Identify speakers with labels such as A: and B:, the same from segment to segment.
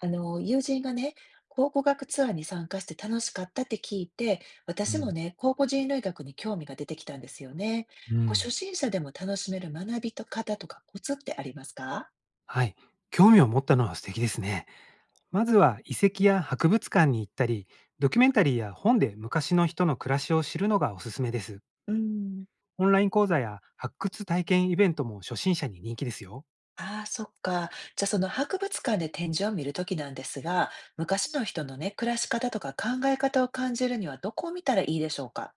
A: 友人がね、考古学ツアーに参加して楽しかったって聞いて、
B: う
A: 私も
B: ん、
A: ね、考古人類学に興味が出てきたんですよね。
B: う
A: こう
B: ん。
A: 初心者でも楽しめる学びと方とかコツってありますか？
B: はい。興味を持ったのは素敵ですね。まずは遺跡や博物館に行ったり、ドキュメンタリーや本で昔の人の暮らしを知るのがおすすめです。
A: うん、
B: オンライン講座や発掘体験イベントも初心者に人気ですよ。
A: ああそっか。じゃあその博物館で展示を見るときなんですが、昔の人のね、暮らし方とか考え方を感じるにはどこを見たらいいでしょうか？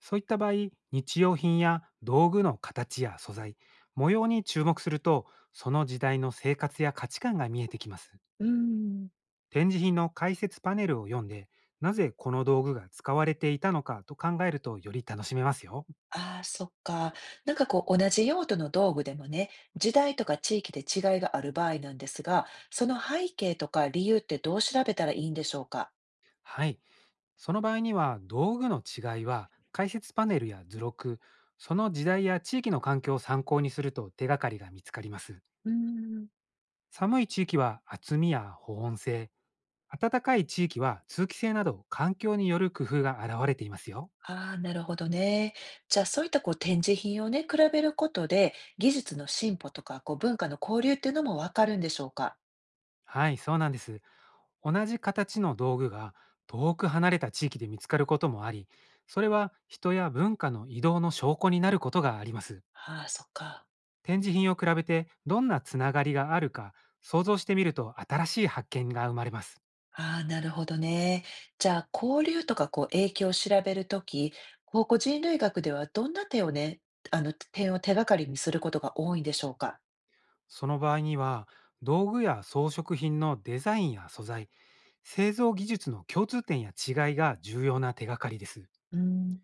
B: そういった場合、日用品や道具の形や素材、模様に注目すると、その時代の生活や価値観が見えてきます。
A: うん。
B: 展示品の解説パネルを読んで、なぜこの道具が使われていたのかと考えるとより楽しめますよ。
A: ああ、そっか。なんかこう同じ用途の道具でもね、時代とか地域で違いがある場合なんですが、その背景とか理由ってどう調べたらいいんでしょうか？
B: はい。その場合には道具の違いは解説パネルや図録、その時代や地域の環境を参考にすると手がかりが見つかります。
A: うーん、
B: 寒い地域は厚みや保温性、暖かい地域は通気性など環境による工夫が現れていますよ。
A: ああ、なるほどね。じゃあそういったこう展示品をね、比べることで技術の進歩とかこう文化の交流っていうのもわかるんでしょうか？
B: はい、そうなんです。同じ形の道具が遠く離れた地域で見つかることもあり、それは人や文化の移動の証拠になることがあります。
A: ああ、そっか。
B: 展示品を比べてどんなつながりがあるか想像してみると新しい発見が生まれます。
A: ああ、なるほどね。じゃあ、交流とかこう影響を調べるとき、考古人類学ではどんな点をね、点を手がかりにすることが多いんでしょうか？
B: その場合には道具や装飾品のデザインや素材、製造技術の共通点や違いが重要な手がかりです。
A: うん。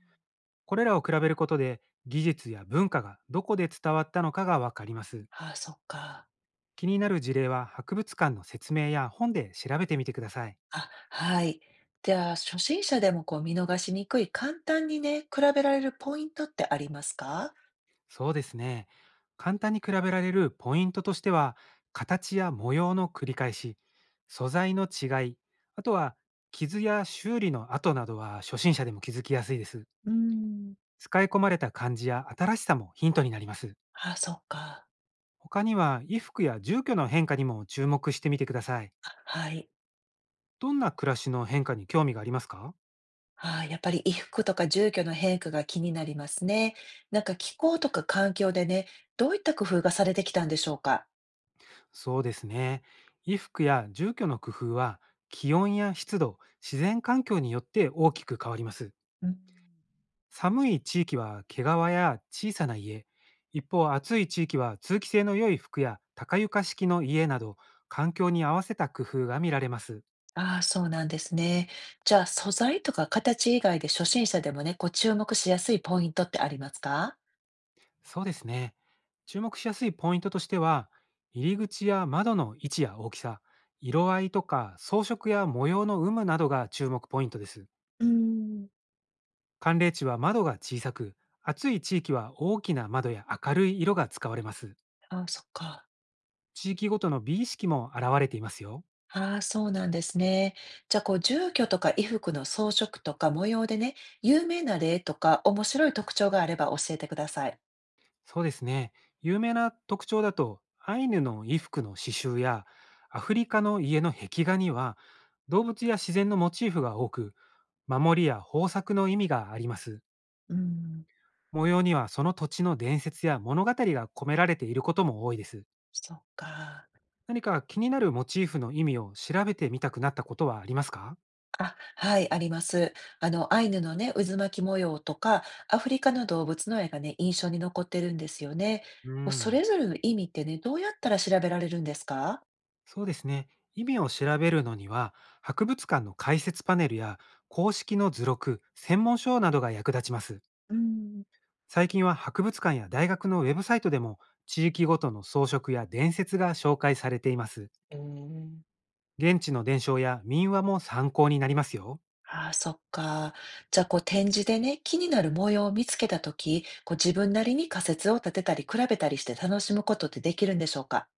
B: これらを比べることで技術や文化がどこで伝わったのかがわかります。
A: ああ、そっか。
B: 気になる事例は博物館の説明や本で調べてみてください。
A: あ、はい。じゃあ、初心者でもこう見逃しにくい、簡単にね、比べられるポイントってありますか？
B: そうですね。簡単に比べられるポイントとしては、形や模様の繰り返し、素材の違い、あとは傷や修理の跡などは初心者でも気づきやすいです。
A: うん。
B: 使い込まれた感じや新しさもヒントになります。
A: ああ、そっか。
B: 他には衣服や住居の変化にも注目してみてください。
A: あ、はい。
B: どんな暮らしの変化に興味がありますか？
A: ああ、やっぱり衣服とか住居の変化が気になりますね。なんか気候とか環境でね、どういった工夫がされてきたんでしょうか？
B: そうですね。衣服や住居の工夫は気温や湿度、自然環境によって大きく変わります。
A: うん。
B: 寒い地域は毛皮や小さな家、一方暑い地域は通気性の良い服や高床式の家など環境に合わせた工夫が見られます。
A: ああ、そうなんですね。じゃあ、素材とか形以外で初心者でもね、こう注目しやすいポイントってありますか？
B: そうですね。注目しやすいポイントとしては、入り口や窓の位置や大きさ、色合いとか装飾や模様の有無などが注目ポイントです。
A: うーん。
B: 寒冷地は窓が小さく、暑い地域は大きな窓や明るい色が使われます。
A: ああ、そっか。
B: 地域ごとの美意識も現れていますよ。
A: ああ、そうなんですね。じゃあ、こう住居とか衣服の装飾とか模様でね、有名な例とか面白い特徴があれば教えてください。
B: そうですね。有名な特徴だと、アイヌの衣服の刺繍や、アフリカの家の壁画には、動物や自然のモチーフが多く、守りや豊作の意味があります。
A: うーん。
B: 模様にはその土地の伝説や物語が込められていることも多いです。
A: そっか。
B: 何か気になるモチーフの意味を調べてみたくなったことはありますか？
A: あ、はい、あります。アイヌのね、渦巻き模様とか、アフリカの動物の絵がね、印象に残ってるんですよね。
B: う
A: こうそ
B: ん、
A: れぞれの意味ってね、どうやったら調べられるんですか？
B: そうですね。意味を調べるのには、博物館の解説パネルや公式の図録、専門書などが役立ちます。
A: うん、
B: 最近は博物館や大学のウェブサイトでも地域ごとの装飾や伝説が紹介されています。
A: うん。
B: 現地の伝承や民話も参考になりますよ。
A: ああ、そっか。じゃあ、こう展示でね、気になる模様を見つけたとき、こう自分なりに仮説を立てたり、比べたりして楽しむことってできるんでしょうか？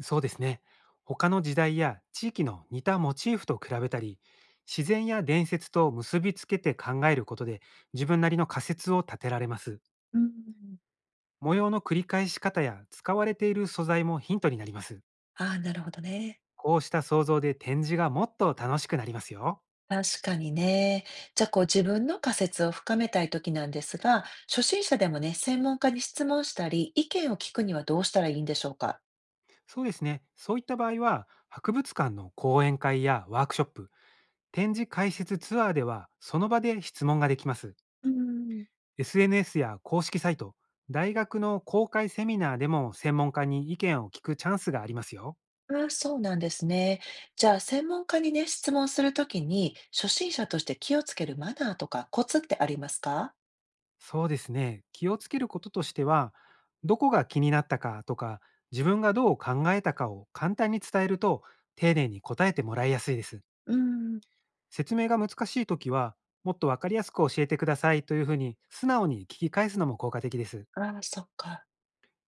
B: そうですね。他の時代や地域の似たモチーフと比べたり、自然や伝説と結びつけて考えることで自分なりの仮説を立てられます。
A: うん。
B: 模様の繰り返し方や使われている素材もヒントになります。
A: ああなるほどね。
B: こうした想像で展示がもっと楽しくなりますよ。
A: 確かにね。じゃあ、こう自分の仮説を深めたいときなんですが、初心者でもね、専門家に質問したり、意見を聞くにはどうしたらいいんでしょうか？
B: そうですね。そういった場合は、博物館の講演会やワークショップ、展示解説ツアーでは、その場で質問ができます。
A: うん、
B: SNS や公式サイト、大学の公開セミナーでも専門家に意見を聞くチャンスがありますよ。
A: ああ、そうなんですね。じゃあ、専門家にね、質問するときに、初心者として気をつけるマナーとかコツってありますか？
B: そうですね。気をつけることとしては、どこが気になったかとか、自分がどう考えたかを簡単に伝えると、丁寧に答えてもらいやすいです。
A: うん、
B: 説明が難しいときは、もっとわかりやすく教えてくださいというふうに素直に聞き返すのも効果的です。
A: ああ、そっか。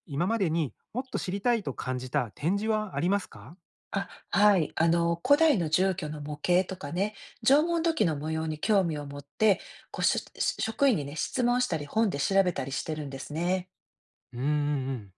B: 今までにもっと知りたいと感じた展示はありますか？
A: あ、はい。古代の住居の模型とかね、縄文土器の模様に興味を持って、こう、し職員にね、質問したり、本で調べたりしてるんですね。
B: うんうんうん。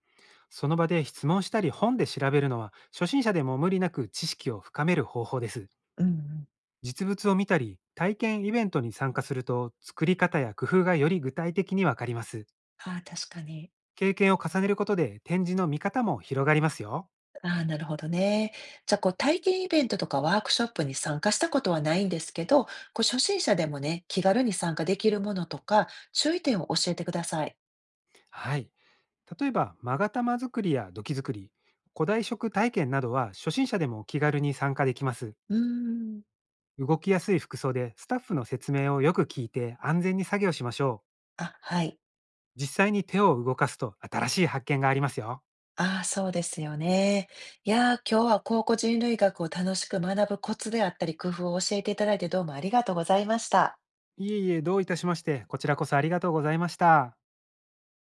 B: その場で質問したり本で調べるのは初心者でも無理なく知識を深める方法です。
A: うんうん。
B: 実物を見たり体験イベントに参加すると作り方や工夫がより具体的にわかります。
A: ああ、確かに。
B: 経験を重ねることで展示の見方も広がりますよ。
A: ああ、なるほどね。じゃあ、こう、体験イベントとかワークショップに参加したことはないんですけど、こう、初心者でもね、気軽に参加できるものとか、注意点を教えてください。
B: はい。例えば、勾玉作りや土器作り、古代食体験などは初心者でも気軽に参加できます。
A: うーん。
B: 動きやすい服装でスタッフの説明をよく聞いて安全に作業しましょ
A: あ、はい。
B: う。実際に手を動かすと新しい発見がありますよ。
A: ああ、そうですよね。いやー、今日は考古人類学を楽しく学ぶコツであったり、工夫を教えていただいてどうもありがとうございました。
B: いえいえ、どういたしまして、こちらこそありがとうございました。